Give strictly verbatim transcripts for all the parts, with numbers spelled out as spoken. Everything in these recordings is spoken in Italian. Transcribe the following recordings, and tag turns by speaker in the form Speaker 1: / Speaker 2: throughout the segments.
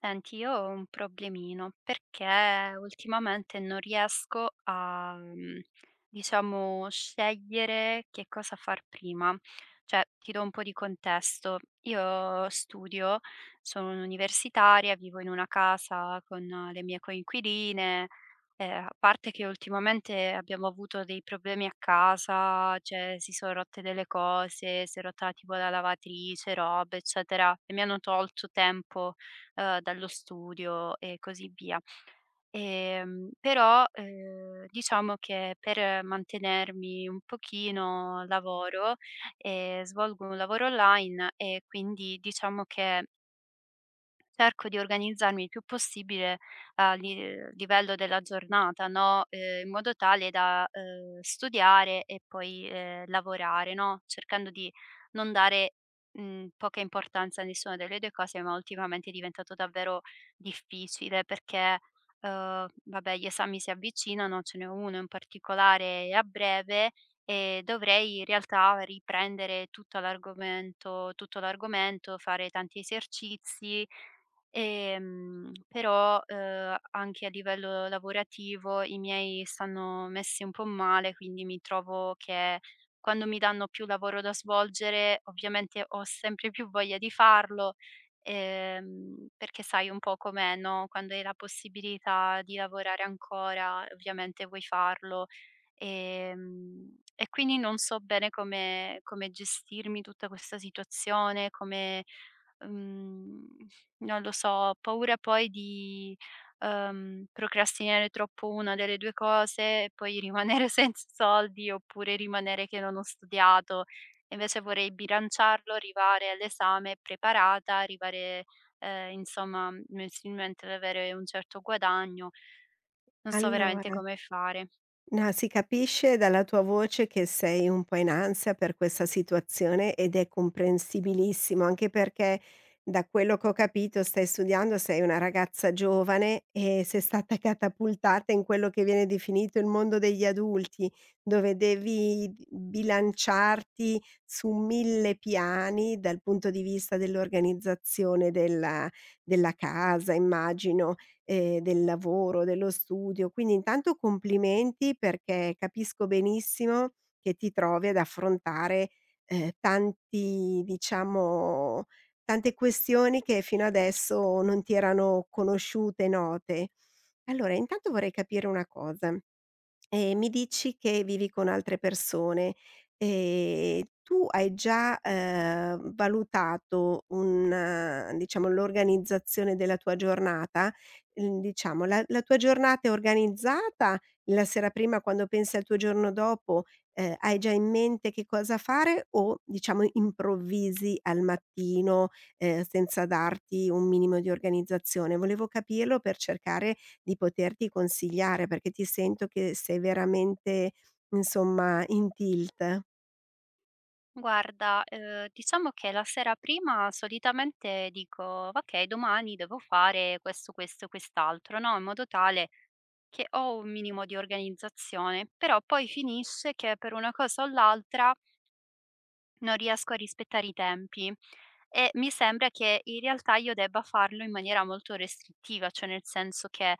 Speaker 1: Senti, io ho un problemino perché ultimamente non riesco a, mhmm, diciamo, scegliere che cosa far prima. Cioè, ti do un po' di contesto: io studio, sono un'universitaria, vivo in una casa con le mie coinquiline, ehm, a parte che ultimamente abbiamo avuto dei problemi a casa, cioè si son rotte delle cose, si è rotta tipo la lavatrice, robe, eccetera, e mi hanno tolto tempo uhm, dallo studio e così via. Ehm, però, ehm, diciamo che per mantenermi un pochino lavoro, ehm, svolgo un lavoro online e quindi diciamo che cerco di organizzarmi il più possibile a li ehm, livello della giornata, no, ehm, in modo tale da, ehm, studiare e poi, ehm, lavorare, no, cercando di non dare, mhmm, poca importanza a nessuna delle due cose, ma ultimamente è diventato davvero difficile perché, uhm, vabbè, gli esami si avvicinano, ce n'è uno in particolare a breve e dovrei in realtà riprendere tutto l'argomento tutto l'argomento, fare tanti esercizi. Ehm, però, uhm, anche a livello lavorativo i miei stanno messi un po' male, quindi mi trovo che quando mi danno più lavoro da svolgere, ovviamente ho sempre più voglia di farlo, ehm, perché sai un po' com'è, no, quando hai la possibilità di lavorare ancora, ovviamente vuoi farlo. Ehm, e quindi non so bene come come gestirmi tutta questa situazione, come Mhmm, non lo so, ho paura poi di, ehm, procrastinare troppo una delle due cose e poi rimanere senza soldi, oppure rimanere che non ho studiato. Invece vorrei bilanciarlo, arrivare all'esame preparata, arrivare, ehm, insomma, mensilmente ad avere un certo guadagno. Non so veramente
Speaker 2: Allora,
Speaker 1: come fare.
Speaker 2: no, si capisce dalla tua voce che sei un po' in ansia per questa situazione ed è comprensibilissimo, anche perché da quello che ho capito stai studiando, sei una ragazza giovane e sei stata catapultata in quello che viene definito il mondo degli adulti, dove devi bilanciarti su mille piani dal punto di vista dell'organizzazione della, della casa, immagino ehm, del lavoro, dello studio. Quindi intanto complimenti perché capisco benissimo che ti trovi ad affrontare, ehm, tanti diciamo tante questioni che fino adesso non ti erano conosciute, note. Allora intanto vorrei capire una cosa e mi dici che vivi con altre persone, ehm, tu hai già, ehm, valutato un diciamo l'organizzazione della tua giornata? Mhmm, diciamo la la tua giornata è organizzata? La sera prima quando pensi al tuo giorno dopo, ehm, hai già in mente che cosa fare o diciamo improvvisi al mattino, ehm, senza darti un minimo di organizzazione? Volevo capirlo per cercare di poterti consigliare, perché ti sento che sei veramente, insomma, in tilt.
Speaker 1: Guarda, ehm, diciamo che la sera prima solitamente dico: "Okay, domani devo fare questo, questo e quest'altro", no, in modo tale che ho un minimo di organizzazione, però poi finisce che per una cosa o l'altra non riesco a rispettare i tempi. E mi sembra che in realtà io debba farlo in maniera molto restrittiva, cioè nel senso che,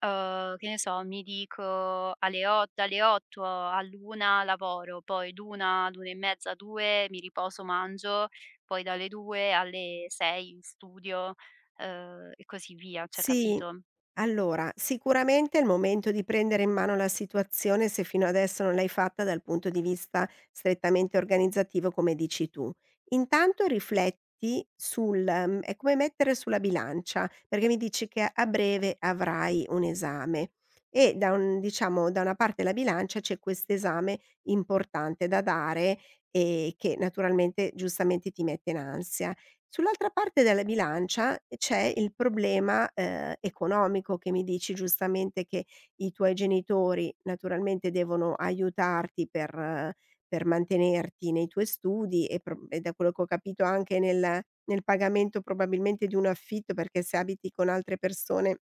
Speaker 1: uhm, che ne so, mi dico alle o dalle otto all'una lavoro, poi d'una ad una e mezza, due mi riposo, mangio, poi dalle due alle sei studio, uhm, e così via, cioè
Speaker 2: Sì.
Speaker 1: capito?
Speaker 2: Allora, sicuramente è il momento di prendere in mano la situazione se fino adesso non l'hai fatta dal punto di vista strettamente organizzativo come dici tu. Intanto rifletti sul mhmm, è come mettere sulla bilancia, perché mi dici che a breve avrai un esame e da un diciamo, da una parte della bilancia c'è quest'esame importante da dare e che naturalmente giustamente ti mette in ansia. Sull'altra parte della bilancia eh, c'è il problema, ehm, economico che mi dici giustamente che i tuoi genitori naturalmente devono aiutarti per eh, per mantenerti nei tuoi studi e pro e da quello che ho capito anche nel nel pagamento probabilmente di un affitto, perché se abiti con altre persone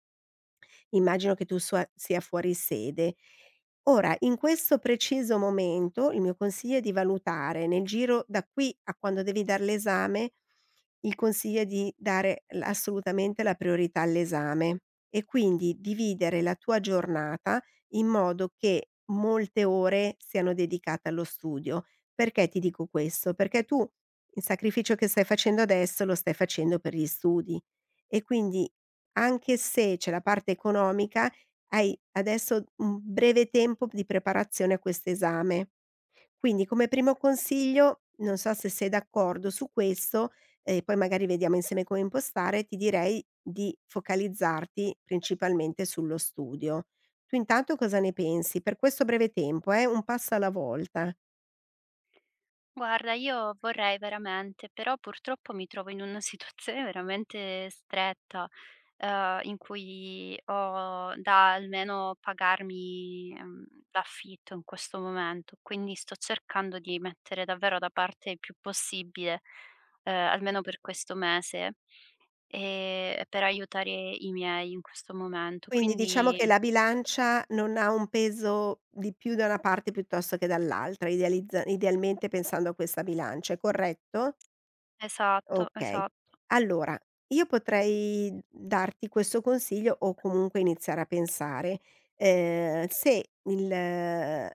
Speaker 2: immagino che tu sua sia fuori sede. Ora, in questo preciso momento, il mio consiglio è di valutare nel giro da qui a quando devi dar l'esame, il consiglio è di dare l assolutamente la priorità all'esame e quindi dividere la tua giornata in modo che molte ore siano dedicate allo studio. Perché ti dico questo? Perché tu il sacrificio che stai facendo adesso lo stai facendo per gli studi e quindi anche se c'è la parte economica, hai adesso un breve tempo di preparazione a questo esame. Quindi come primo consiglio, non so se sei d'accordo su questo, e poi magari vediamo insieme come impostare, ti direi di focalizzarti principalmente sullo studio. Tu intanto cosa ne pensi? Per questo breve tempo, eh, un passo alla volta.
Speaker 1: Guarda, io vorrei veramente, però purtroppo mi trovo in una situazione veramente stretta, ehm, in cui ho da almeno pagarmi, ehm, l'affitto in questo momento, quindi sto cercando di mettere davvero da parte il più possibile, ehm, almeno per questo mese, ehm, per aiutare i miei in questo momento.
Speaker 2: Quindi diciamo
Speaker 1: Quindi
Speaker 2: che la bilancia non ha un peso di più da una parte piuttosto che dall'altra, idealizza idealmente pensando a questa bilancia, è corretto?
Speaker 1: esatto,
Speaker 2: Okay.
Speaker 1: esatto.
Speaker 2: Allora, io potrei darti questo consiglio o comunque iniziare a pensare, ehm, se il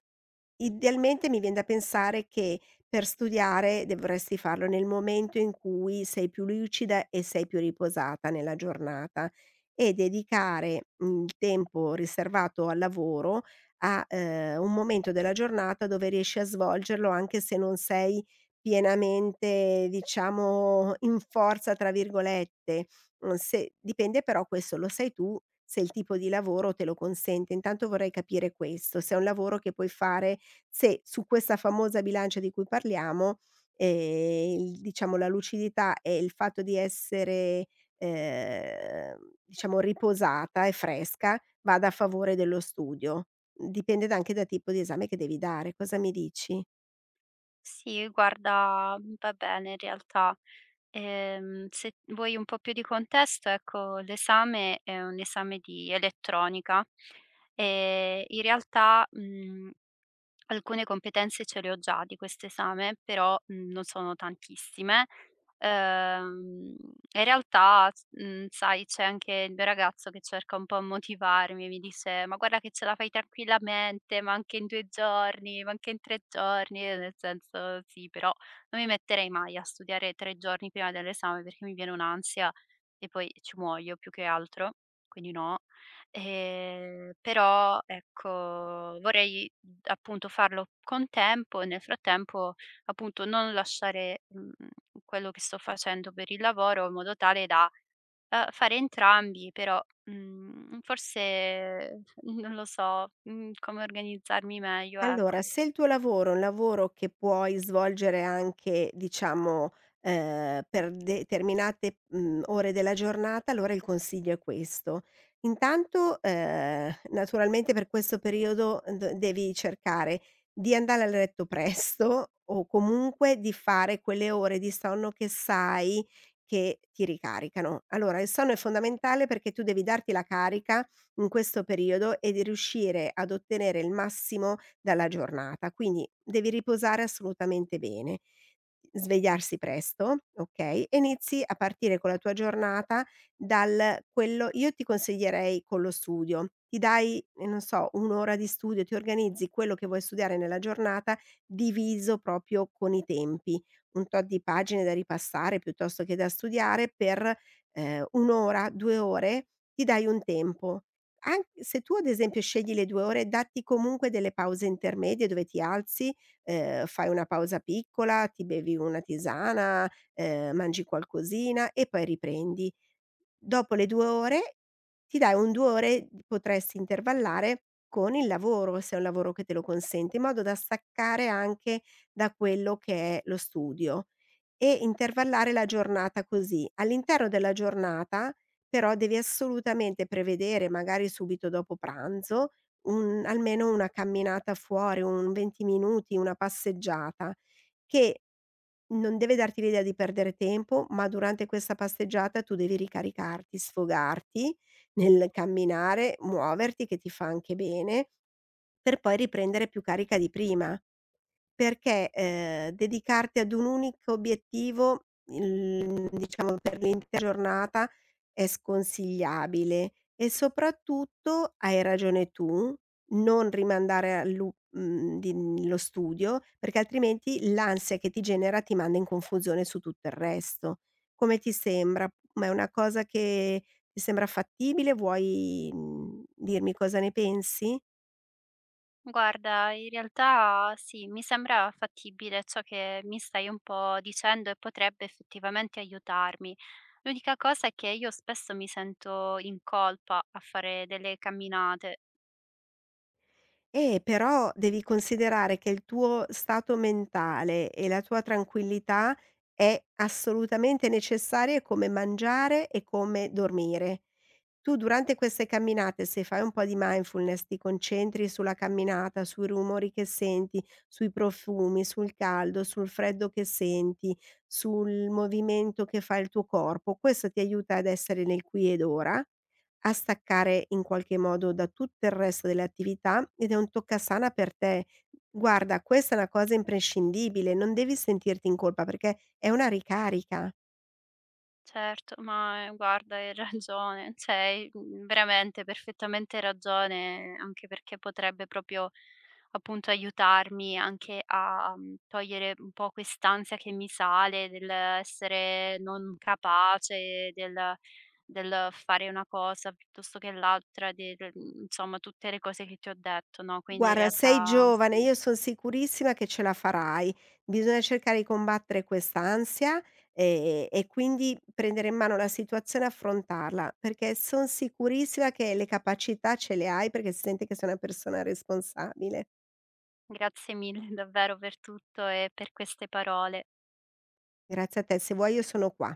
Speaker 2: idealmente mi vien da pensare che per studiare dovresti farlo nel momento in cui sei più lucida e sei più riposata nella giornata e dedicare, mhmm, il tempo riservato al lavoro a, ehm, un momento della giornata dove riesci a svolgerlo anche se non sei pienamente diciamo "in forza" tra virgolette, mhmm, se dipende però questo lo sai tu, se il tipo di lavoro te lo consente. Intanto vorrei capire questo, se è un lavoro che puoi fare se su questa famosa bilancia di cui parliamo, ehm, il diciamo la lucidità e il fatto di essere, ehm, diciamo riposata e fresca vada a favore dello studio. Dipende da anche da tipo di esame che devi dare. Cosa mi dici?
Speaker 1: Sì, guarda, va bene in realtà. Ehm, se vuoi un po' più di contesto, ecco, l'esame è un esame di elettronica e in realtà. Mhmm Alcune competenze ce le ho già di questo esame, però, mhmm, non sono tantissime. Ehm, In realtà, s mhmm, sai, c'è anche il mio ragazzo che cerca un po' a motivarmi, mi dice: "Ma guarda che ce la fai tranquillamente, ma anche in due giorni, ma anche in tre giorni". E nel senso sì, però non mi metterei mai a studiare tre giorni prima dell'esame perché mi viene un'ansia e poi ci muoio più che altro, quindi no. Ehm, però ecco, vorrei, mhmm, appunto, farlo con tempo e nel frattempo, appunto, non lasciare, mhmm, quello che sto facendo per il lavoro in modo tale da, uhm, fare entrambi, però, mhmm, forse non lo so, mhmm, come organizzarmi meglio, ecco.
Speaker 2: Allora, se il tuo lavoro è un lavoro che puoi svolgere anche, diciamo, ehm, per determinate, mhmm, ore della giornata, allora il consiglio è questo: intanto, ehm, naturalmente per questo periodo eh, d devi cercare di andare a letto presto o comunque di fare quelle ore di sonno che sai che ti ricaricano. Allora, il sonno è fondamentale perché tu devi darti la carica in questo periodo e di riuscire ad ottenere il massimo dalla giornata, quindi devi riposare assolutamente bene. Svegliarsi presto, okay, e inizi a partire con la tua giornata dal quello io ti consiglierei con lo studio. Ti dai, ehm, non so, un' ora di studio, ti organizzi quello che vuoi studiare nella giornata, diviso proprio con i tempi. Un tot di pagine da ripassare piuttosto che da studiare per, ehm, un' ora, due ore, ti dai un tempo. An se tu ad esempio scegli le due ore, datti comunque delle pause intermedie dove ti alzi ehm, fai una pausa piccola, ti bevi una tisana, ehm, mangi qualcosina e poi riprendi. Dopo le due ore ti dai un due ore potresti intervallare con il lavoro, se è un lavoro che te lo consente, in modo da staccare anche da quello che è lo studio. E intervallare la giornata così. All'interno della giornata però devi assolutamente prevedere, magari subito dopo pranzo, un almeno una camminata fuori, un venti minuti, una passeggiata, che non deve darti l'idea di perdere tempo, ma durante questa passeggiata tu devi ricaricarti, sfogarti nel camminare, muoverti che ti fa anche bene, per poi riprendere più carica di prima. Perché, ehm, dedicarti ad un unico obiettivo, il diciamo per l'intera giornata, è sconsigliabile e soprattutto, hai ragione tu, non rimandare a lu mhmm, di lo studio, perché altrimenti l'ansia che ti genera ti manda in confusione su tutto il resto. Come ti sembra? Ma è una cosa che ti sembra fattibile? Vuoi, mhmm, dirmi cosa ne pensi?
Speaker 1: Guarda, in realtà sì, mi sembra fattibile ciò che mi stai un po' dicendo e potrebbe effettivamente aiutarmi. L'unica cosa è che io spesso mi sento in colpa a fare delle camminate.
Speaker 2: Eh, però devi considerare che il tuo stato mentale e la tua tranquillità è assolutamente necessaria come mangiare e come dormire. Tu durante queste camminate, se fai un po' di mindfulness, ti concentri sulla camminata, sui rumori che senti, sui profumi, sul caldo, sul freddo che senti, sul movimento che fa il tuo corpo, questo ti aiuta ad essere nel qui ed ora, a staccare in qualche modo da tutto il resto delle attività ed è un toccasana per te. Guarda, questa è una cosa imprescindibile, non devi sentirti in colpa perché è una ricarica.
Speaker 1: Certo, ma, ehm, guarda, hai ragione, cioè hai, mhmm, veramente perfettamente ragione, anche perché potrebbe proprio, appunto, aiutarmi anche a, mhmm, togliere un po' quest'ansia che mi sale dell'essere non capace, del del fare una cosa piuttosto che l'altra, del mhmm, insomma, tutte le cose che ti ho detto, no, quindi in
Speaker 2: Guarda, sei
Speaker 1: realtà
Speaker 2: giovane,
Speaker 1: sì,
Speaker 2: io son sicurissima che ce la farai. Bisogna cercare di combattere quest'ansia, ehm, e quindi prendere in mano la situazione e affrontarla, perché son sicurissima che le capacità ce le hai, perché si sente che sei una persona responsabile.
Speaker 1: grazie mille davvero per tutto e per queste parole.
Speaker 2: Grazie a te, se vuoi io sono qua.